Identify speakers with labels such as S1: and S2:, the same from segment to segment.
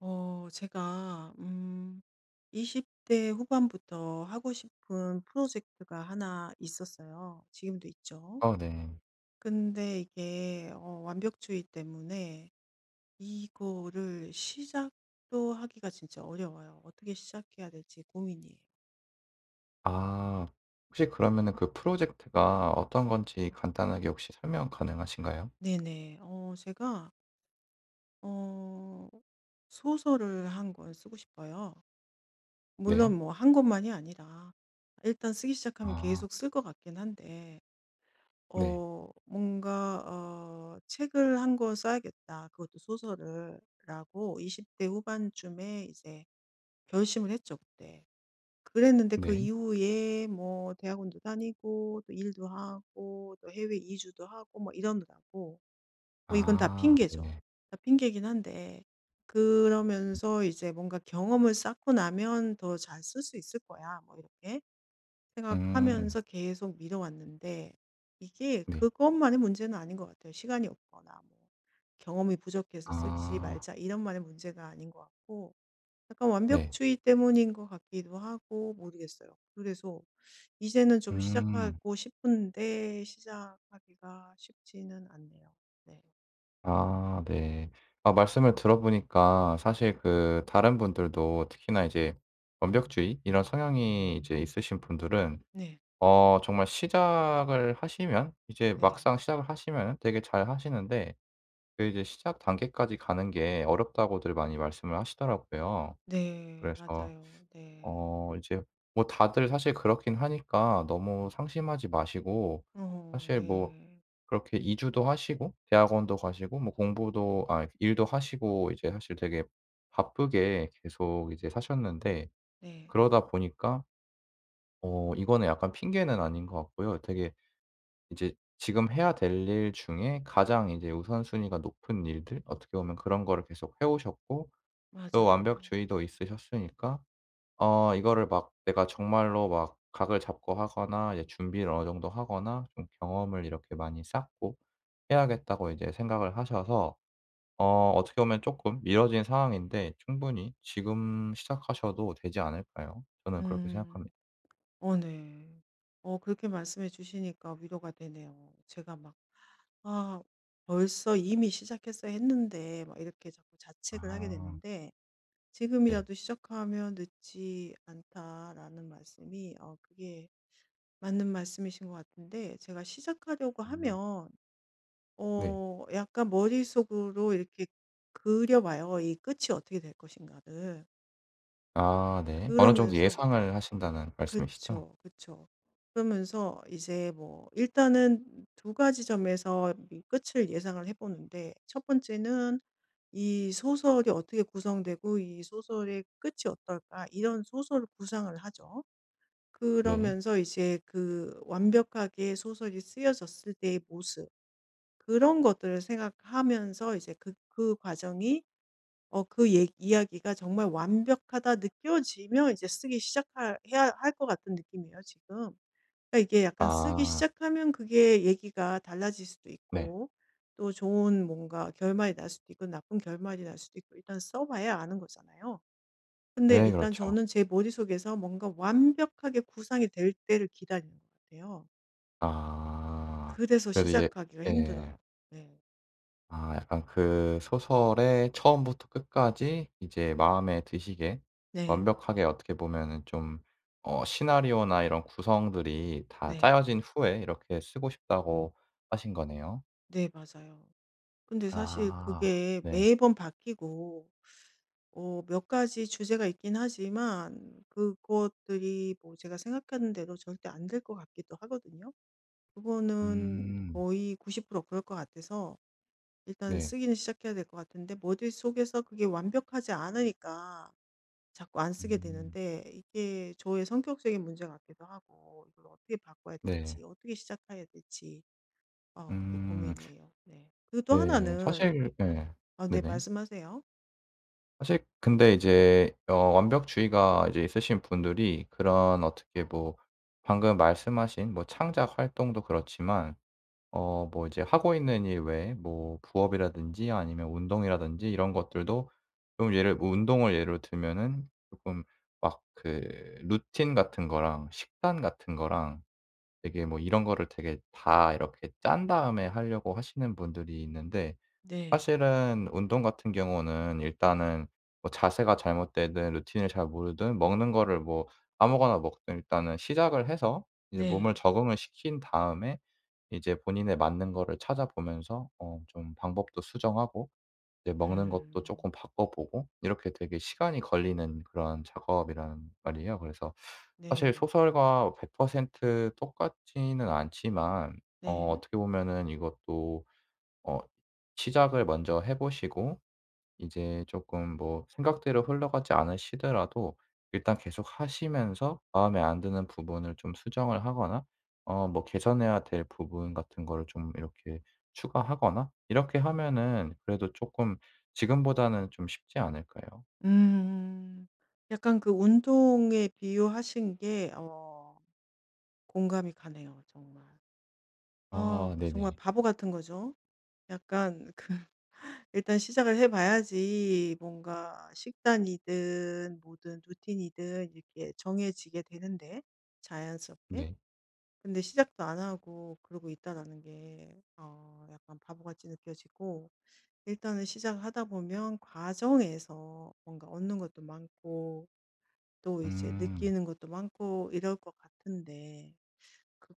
S1: 제가, 20대 후반부터 하고 싶은 프로젝트가 하나 있었어요. 지금도 있죠.
S2: 어 네.
S1: 근데 이게, 완벽주의 때문에 이거를 시작도 하기가 진짜 어려워요. 어떻게 시작해야 될지 고민이에요.
S2: 아 혹시 그러면은 그 프로젝트가 어떤 건지 간단하게 혹시 설명 가능하신가요?
S1: 네네. 제가, 어, 소설을 한 권 쓰고 싶어요.
S2: 네.
S1: 물론 뭐 한 권만이 아니라 일단 쓰기 시작하면
S2: 아
S1: 계속 쓸 것 같긴 한데,
S2: 네.
S1: 뭔가 '책을 한 권 써야겠다. 그것도 소설을.' 라고 20대 후반쯤에 이제 결심을 했죠 그때. 그랬는데 그
S2: 네.
S1: 이후에 뭐 대학원도 다니고 또 일도 하고 또 해외 이주도 하고 뭐 이러느라고 뭐 이건 다
S2: 아
S1: 핑계죠.
S2: 네네.
S1: 다 핑계긴 한데 그러면서 이제 뭔가 '경험을 쌓고 나면 더 잘 쓸 수 있을 거야.' 뭐 이렇게
S2: 음
S1: 생각하면서 계속 미뤄왔는데 이게
S2: 네.
S1: 그것만의 문제는 아닌 것 같아요. 시간이 없거나 뭐 경험이 부족해서 쓰지
S2: 아
S1: 말자 이런만의 문제가 아닌 것 같고 약간
S2: 네.
S1: 완벽주의 때문인 것 같기도 하고 모르겠어요. 그래서 이제는 좀
S2: 음.
S1: 시작하고 싶은데 시작하기가 쉽지는 않네요. 네.
S2: 아 네. 아 말씀을 들어보니까 사실 그 다른 분들도 특히나 이제 완벽주의 이런 성향이 이제 있으신 분들은
S1: 네.
S2: 정말 시작을 하시면 이제
S1: 네.
S2: 막상 시작을 하시면은 되게 잘하시는데, 그 이제 시작 단계까지 가는 게 어렵다고들 많이 말씀을 하시더라고요.
S1: 네.
S2: 그래서
S1: 맞아요. 네.
S2: 이제 뭐 다들 사실 그렇긴 하니까 너무 상심하지 마시고,
S1: 어,
S2: 사실 뭐
S1: 네.
S2: 그렇게 이주도 하시고 대학원도 가시고 뭐 공부도 아 일도 하시고 이제 사실 되게 바쁘게 계속 이제 사셨는데,
S1: 네.
S2: 그러다 보니까 이거는 약간 핑계는 아닌 것 같고요. 되게 이제 지금 해야 될 일 중에 가장 이제 우선순위가 높은 일들, 어떻게 보면 그런 거를 계속 해 오셨고, 또
S1: 맞아요.
S2: 완벽주의도 있으셨으니까 이거를 막 내가 정말로 막 각을 잡고 하거나 이제 준비를 어느 정도 하거나 좀 경험을 이렇게 많이 쌓고 해야겠다고 이제 생각을 하셔서 어떻게 보면 쪼끔 미뤄진 상황인데, 충분히 지금 시작하셔도 되지 않을까요? 저는 그렇게
S1: 음.
S2: 생각합니다.
S1: 어 네. 그렇게 말씀해 주시니까 위로가 되네요. 제가 막 '아 벌써 이미 시작했어야 했는데.' 막 이렇게 자꾸 자책을 하게
S2: 아
S1: 됐는데
S2: 네.
S1: '지금이라도 시작하면 늦지 않다.'라는 말씀이 그게 맞는 말씀이신 것 같은데 제가 시작하려고
S2: 음.
S1: 하면
S2: 네.
S1: 약간 머릿속으로 이렇게 그려 봐요, 이 끝이 어떻게 될 것인가를. 음.
S2: 아 네. 어느 정도
S1: 그러면서
S2: 예상을 하신다는 말씀이시죠?
S1: 그쵸, 그쵸. 그러면서 이제 뭐 일단은 두 가지 점에서 이 끝을 예상을 해 보는데 첫 번째는 '이 소설이 어떻게 구성되고 이 소설의 끝이 어떨까?' 이런 소설 구상을 하죠.
S2: 네.
S1: 그러면서 이제 그 완벽하게 소설이 쓰여졌을 때의 모습 그런 것들을 생각하면서 이제 그 그 과정이 그 얘 이야기가 정말 완벽하다 느껴지면 이제 쓰기 시작 해야 할 것 같은 느낌이에요 지금. 그러니까 이게 약간 쓰기
S2: 아
S1: 시작하면 그게 얘기가 달라질 수도
S2: 네.
S1: 있고 또 좋은 뭔가 결말이 날 수도 있고 나쁜 결말이 날 수도 있고 일단 써 봐야 아는 거잖아요. 근데
S2: 네
S1: 일단
S2: 그렇죠.
S1: 저는 제 머릿속에서 뭔가 완벽하게 구상이 될 때를 기다리는 것 같아요.
S2: 아.
S1: 그래서
S2: 그래도 이제
S1: 시작하기가
S2: 예.
S1: 힘들어요. 네.
S2: 아 약간 그 소설의 처음부터 끝까지 이제 마음에 드시게
S1: 네.
S2: 완벽하게 어떻게 보면은 좀 시나리오나 이런 구성들이 다
S1: 네.
S2: 짜여진 후에 이렇게 쓰고 싶다고 하신 거네요.
S1: 네, 맞아요. 근데 사실
S2: 아
S1: 그게
S2: 네.
S1: 매번 바뀌고 몇 가지 주제가 있긴 하지만 그것들이 뭐 제가 생각하는 대로 절대 안 될 것 같기도 하거든요. 그거는
S2: 음.
S1: 거의 90% 그럴 것 같아서 일단
S2: 네.
S1: 쓰기는 시작해야 될 것 같은데 머릿속에서 그게 완벽하지 않으니까 자꾸 안 쓰게
S2: 음.
S1: 되는데 이게 저의 성격적인 문제 같기도 하고 이걸 어떻게 바꿔야
S2: 네.
S1: 될지 어떻게 시작해야 될지 아 그게
S2: 음.
S1: 고민이에요. 네. 그리고 또
S2: 네.
S1: 하나는
S2: 사실 예.
S1: 아 네
S2: 네네.
S1: 말씀하세요.
S2: 사실 근데 이제 완벽주의가 이제 있으신 분들이 그런 어떻게 뭐 방금 말씀하신 뭐 창작 활동도 그렇지만 뭐 이제 하고 있는 일 외에 뭐 부업이라든지 아니면 운동이라든지 이런 것들도, 좀 예를 뭐 운동을 예로 들면은 쪼끔 막 그 루틴 같은 거랑 식단 같은 거랑 되게 뭐 이런 거를 되게 다 이렇게 짠 다음에 하려고 하시는 분들이 있는데,
S1: 네.
S2: 사실은 운동 같은 경우는 일단은 뭐 자세가 잘못되든 루틴을 잘 모르든 먹는 거를 뭐 아무거나 먹든 일단은 시작을 해서 이제 몸을
S1: 네.
S2: 적응을 시킨 다음에 이제 본인에 맞는 거를 찾아보면서 좀 방법도 수정하고 이제 먹는 것도
S1: 음.
S2: 쪼끔 바꿔보고, 이렇게 되게 시간이 걸리는 그런 작업이란 말이에요. 그래서 사실
S1: 네.
S2: 소설과 100% 똑같지는 않지만
S1: 네.
S2: 어떻게 보면은 이것도 어 시작을 먼저 해 보시고 이제 조금 뭐 생각대로 흘러가지 않으시더라도 일단 계속 하시면서 마음에 안 드는 부분을 좀 수정을 하거나 뭐 개선해야 될 부분 같은 거를 좀 이렇게 추가하거나 이렇게 하면은 그래도 조금 지금보다는 좀 쉽지 않을까요?
S1: 음. 약간 그 운동에 비유하신 게 공감이 가네요 정말.
S2: 아
S1: 어, 정말
S2: 네네.
S1: 바보 같은 거죠. 약간 그 일단 시작을 해 봐야지 뭔가 식단이든 뭐든 루틴이든 이렇게 정해지게 되는데 자연스럽게.
S2: 네.
S1: 근데 시작도 안 하고 그러고 있다라는 게 약간 바보같이 느껴지고 일단은 시작 하다 보면 과정에서 뭔가 얻는 것도 많고 또 이제
S2: 음.
S1: 느끼는 것도 많고 이럴 것 같은데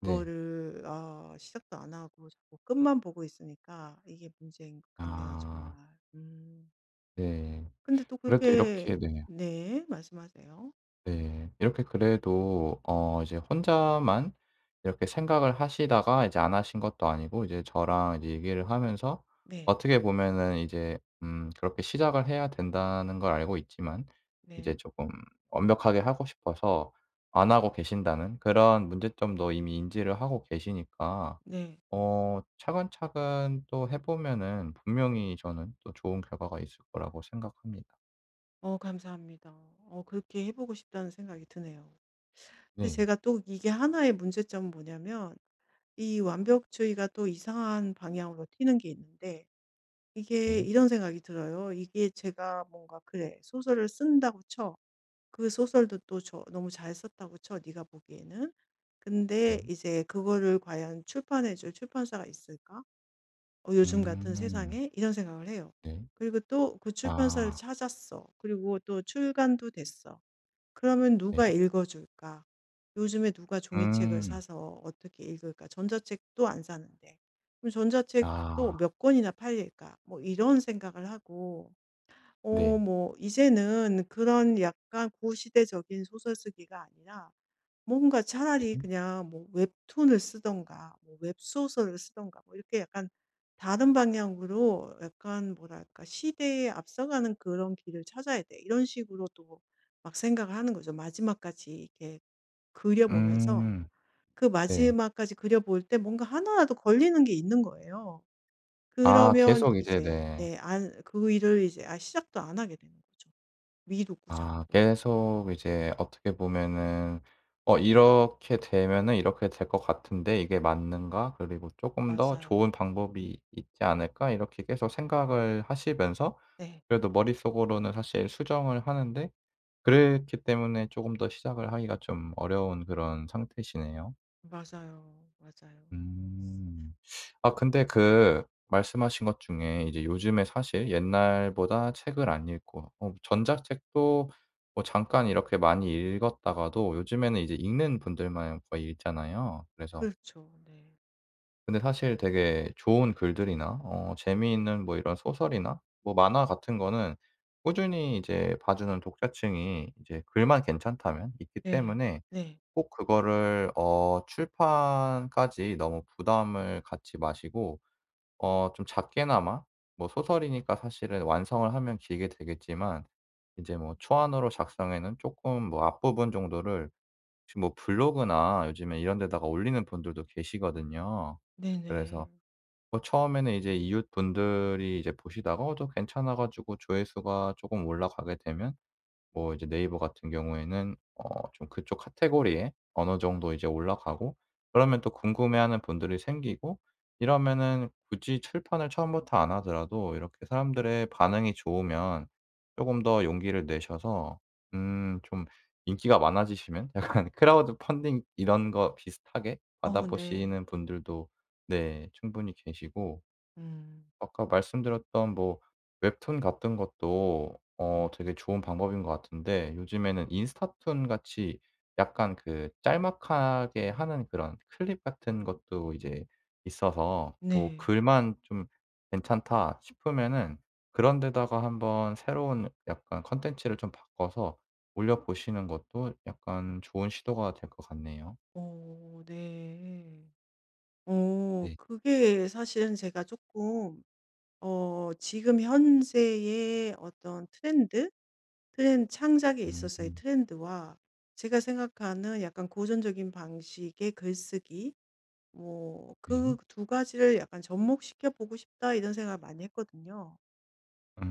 S2: 네.
S1: 아, 시작도 안 하고 자꾸 끝만 보고 있으니까 이게 문제인 것 같네요, 정말.
S2: 아
S1: 음.
S2: 네.
S1: 근데 또
S2: 그래도
S1: 그렇게
S2: 이렇게 네.
S1: 네, 말씀하세요.
S2: 네. 이렇게 그래도 이제 혼자만 이렇게 생각을 하시다가 이제 안 하신 것도 아니고 이제 저랑 이제 얘기를 하면서
S1: 네,
S2: 어떻게 보면은 이제 그렇게 시작을 해야 된다는 걸 알고 있지만 이제
S1: 네,
S2: 조금 완벽하게 하고 싶어서 안 하고 계신다는 그런 문제점도 이미 인지를 하고 계시니까
S1: 네.
S2: 차근차근 또 해 보면은 분명히 저는 또 좋은 결과가 있을 거라고 생각합니다.
S1: 어, 감사합니다. 어, 그렇게 해보고 싶다는 생각이 드네요. 근데
S2: 네.
S1: 제가 또 이게 하나의 문제점은 뭐냐면 이 완벽주의가 또 이상한 방향으로 튀는 게 있는데 이게
S2: 네.
S1: 이런 생각이 들어요. 이게 제가 뭔가 그래 소설을 쓴다고 쳐. 그 소설도 또 저 너무 잘 썼다고 쳐 네가 보기에는. 근데
S2: 네.
S1: 이제 그거를 과연 출판해 줄 출판사가 있을까? 어, 요즘 같은
S2: 음.
S1: 세상에 이런 생각을 해요.
S2: 네.
S1: 그리고 또 그 출판사를
S2: 아
S1: 찾았어. 그리고 또 출간도 됐어. 그러면
S2: 네.
S1: 누가 읽어 줄까? 요즘에 누가 종이책을
S2: 음.
S1: 사서 어떻게 읽을까? 전자책도 안 사는데. 그럼
S2: 아
S1: 전자책도 몇 권이나 팔릴까? 뭐 이런 생각을 하고
S2: 네.
S1: 뭐 이제는 그런 약간 구시대적인 소설 쓰기가 아니라 뭔가
S2: 네.
S1: 차라리 그냥 뭐 웹툰을 쓰던가 뭐 웹소설을 쓰던가 뭐 이렇게 약간 다른 방향으로 약간 뭐랄까 '시대에 앞서가는 그런 길을 찾아야 돼.' 이런 식으로 또 막 생각을 하는 거죠. 마지막까지 이렇게 그려 보면서
S2: 음.
S1: 그
S2: 네.
S1: 마지막까지 그려 볼 때 뭔가 하나라도 걸리는 게 있는 거예요. 아.
S2: 아
S1: 그러면
S2: 계속 이제
S1: 이제
S2: 네.
S1: 네 안 그 일을 이제 아 시작도 안 하게 되는 거죠. 미루고
S2: 아
S1: 자꾸.
S2: 계속 이제 어떻게 보면은 이렇게 되면은 이렇게 될 것 같은데 이게 맞는가? 그리고 쪼끔 더 좋은
S1: 맞아요.
S2: 방법이 있지 않을까?' 이렇게 계속 생각을 하시면서
S1: 네.
S2: 그래도 머릿속으로는 사실 수정을 하는데, 그랬기 때문에 쪼금 더 시작을 하기가 좀 어려운 그런 상태시네요.
S1: 맞아요. 맞아요.
S2: 음. 아 근데 그 말씀하신 것 중에 이제 요즘에 사실 옛날보다 책을 안 읽고 전자책도 뭐 잠깐 이렇게 많이 읽었다가도 요즘에는 이제 읽는 분들만 거의 읽잖아요. 그래서
S1: 그렇죠. 네.
S2: 근데 사실 되게 좋은 글들이나 재미있는 뭐 이런 소설이나 뭐 만화 같은 거는 꾸준히 이제 봐 주는 독자층이 이제 글만 괜찮다면 있기
S1: 네.
S2: 때문에,
S1: 네.
S2: 꼭 그거를 출판까지 너무 부담을 갖지 마시고 좀 작게나마 뭐 소설이니까 사실은 완성을 하면 길게 되겠지만 이제 뭐 초안으로 작성에는 쪼끔 뭐 앞부분 정도를 지금 뭐 블로그나 요즘에 이런 데다가 올리는 분들도 계시거든요. 그래서
S1: 네네.
S2: 뭐 처음에는 이제 이웃분들이 이제 보시다가 저 괜찮아 가지고 조회수가 쪼금 올라가게 되면 뭐 이제 네이버 같은 경우에는 좀 그쪽 카테고리에 어느 정도 이제 올라가고, 그러면 또 궁금해하는 분들이 생기고, 이러면은 굳이 출판을 처음부터 안 하더라도 이렇게 사람들의 반응이 좋으면 쪼금 더 용기를 내셔서 좀 인기가 많아지시면 약간 크라우드 펀딩 이런 거 비슷하게
S1: 어 네.
S2: 받아보시는 분들도 네 충분히 계시고,
S1: 음.
S2: 아까 말씀드렸던 뭐 웹툰 같은 것도 되게 좋은 방법인 것 같은데, 요즘에는 인스타툰 같이 약간 그 짤막하게 하는 그런 클립 같은 것도 이제 있어서 뭐
S1: 네.
S2: '글만 좀 괜찮다.' 싶으면은 그런 데다가 한번 새로운 약간 콘텐츠를 좀 바꿔서 올려 보시는 것도 약간 좋은 시도가 될 것 같네요.
S1: 어 네.
S2: 네.
S1: 그게 사실은 제가 조금 지금 현재의 어떤 트렌드? 트렌 창작에 있어서의
S2: 음
S1: 트렌드와 제가 생각하는 약간 고전적인 방식의 글쓰기 뭐
S2: 네.
S1: 그 두 가지를 약간 접목시켜 보고 싶다 이런 생각을 많이 했거든요.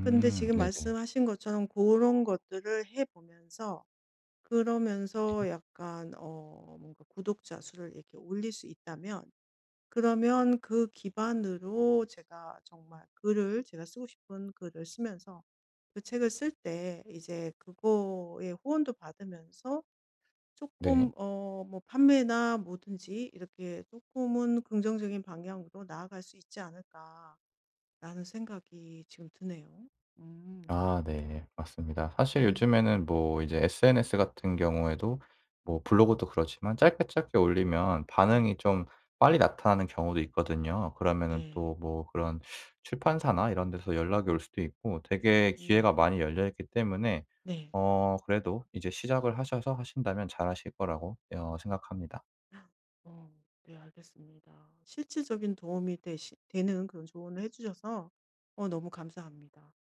S1: 근데 지금
S2: 네네.
S1: 말씀하신 것처럼 그런 것들을 해 보면서 그러면서 약간 뭔가 구독자 수를 이렇게 올릴 수 있다면 그러면 그 기반으로 제가 정말 글을 제가 쓰고 싶은 글을 쓰면서 그 책을 쓸 때 이제 그거에 후원도 받으면서
S2: 네.
S1: 조금 뭐 판매나 뭐든지 이렇게 조금은 긍정적인 방향으로 나아갈 수 있지 않을까라는 생각이 지금 드네요.
S2: 아
S1: 음.
S2: 네. 맞습니다. 사실
S1: 음.
S2: 요즘에는 뭐 이제 SNS 같은 경우에도 뭐 블로그도 그렇지만 짧게 짧게 올리면
S1: 네.
S2: 반응이 좀 빨리 나타나는 경우도 있거든요. 그러면은
S1: 네.
S2: 또 뭐 그런 출판사나 이런 데서 연락이 올 수도 있고, 되게 기회가
S1: 네.
S2: 많이 열려 있기 때문에
S1: 네.
S2: 그래도 이제 시작을 하셔서 하신다면 잘하실 거라고 생각합니다.
S1: 어 네 알겠습니다. 실질적인 도움이 되시 되는 그런 조언을 해 주셔서 어 너무 감사합니다.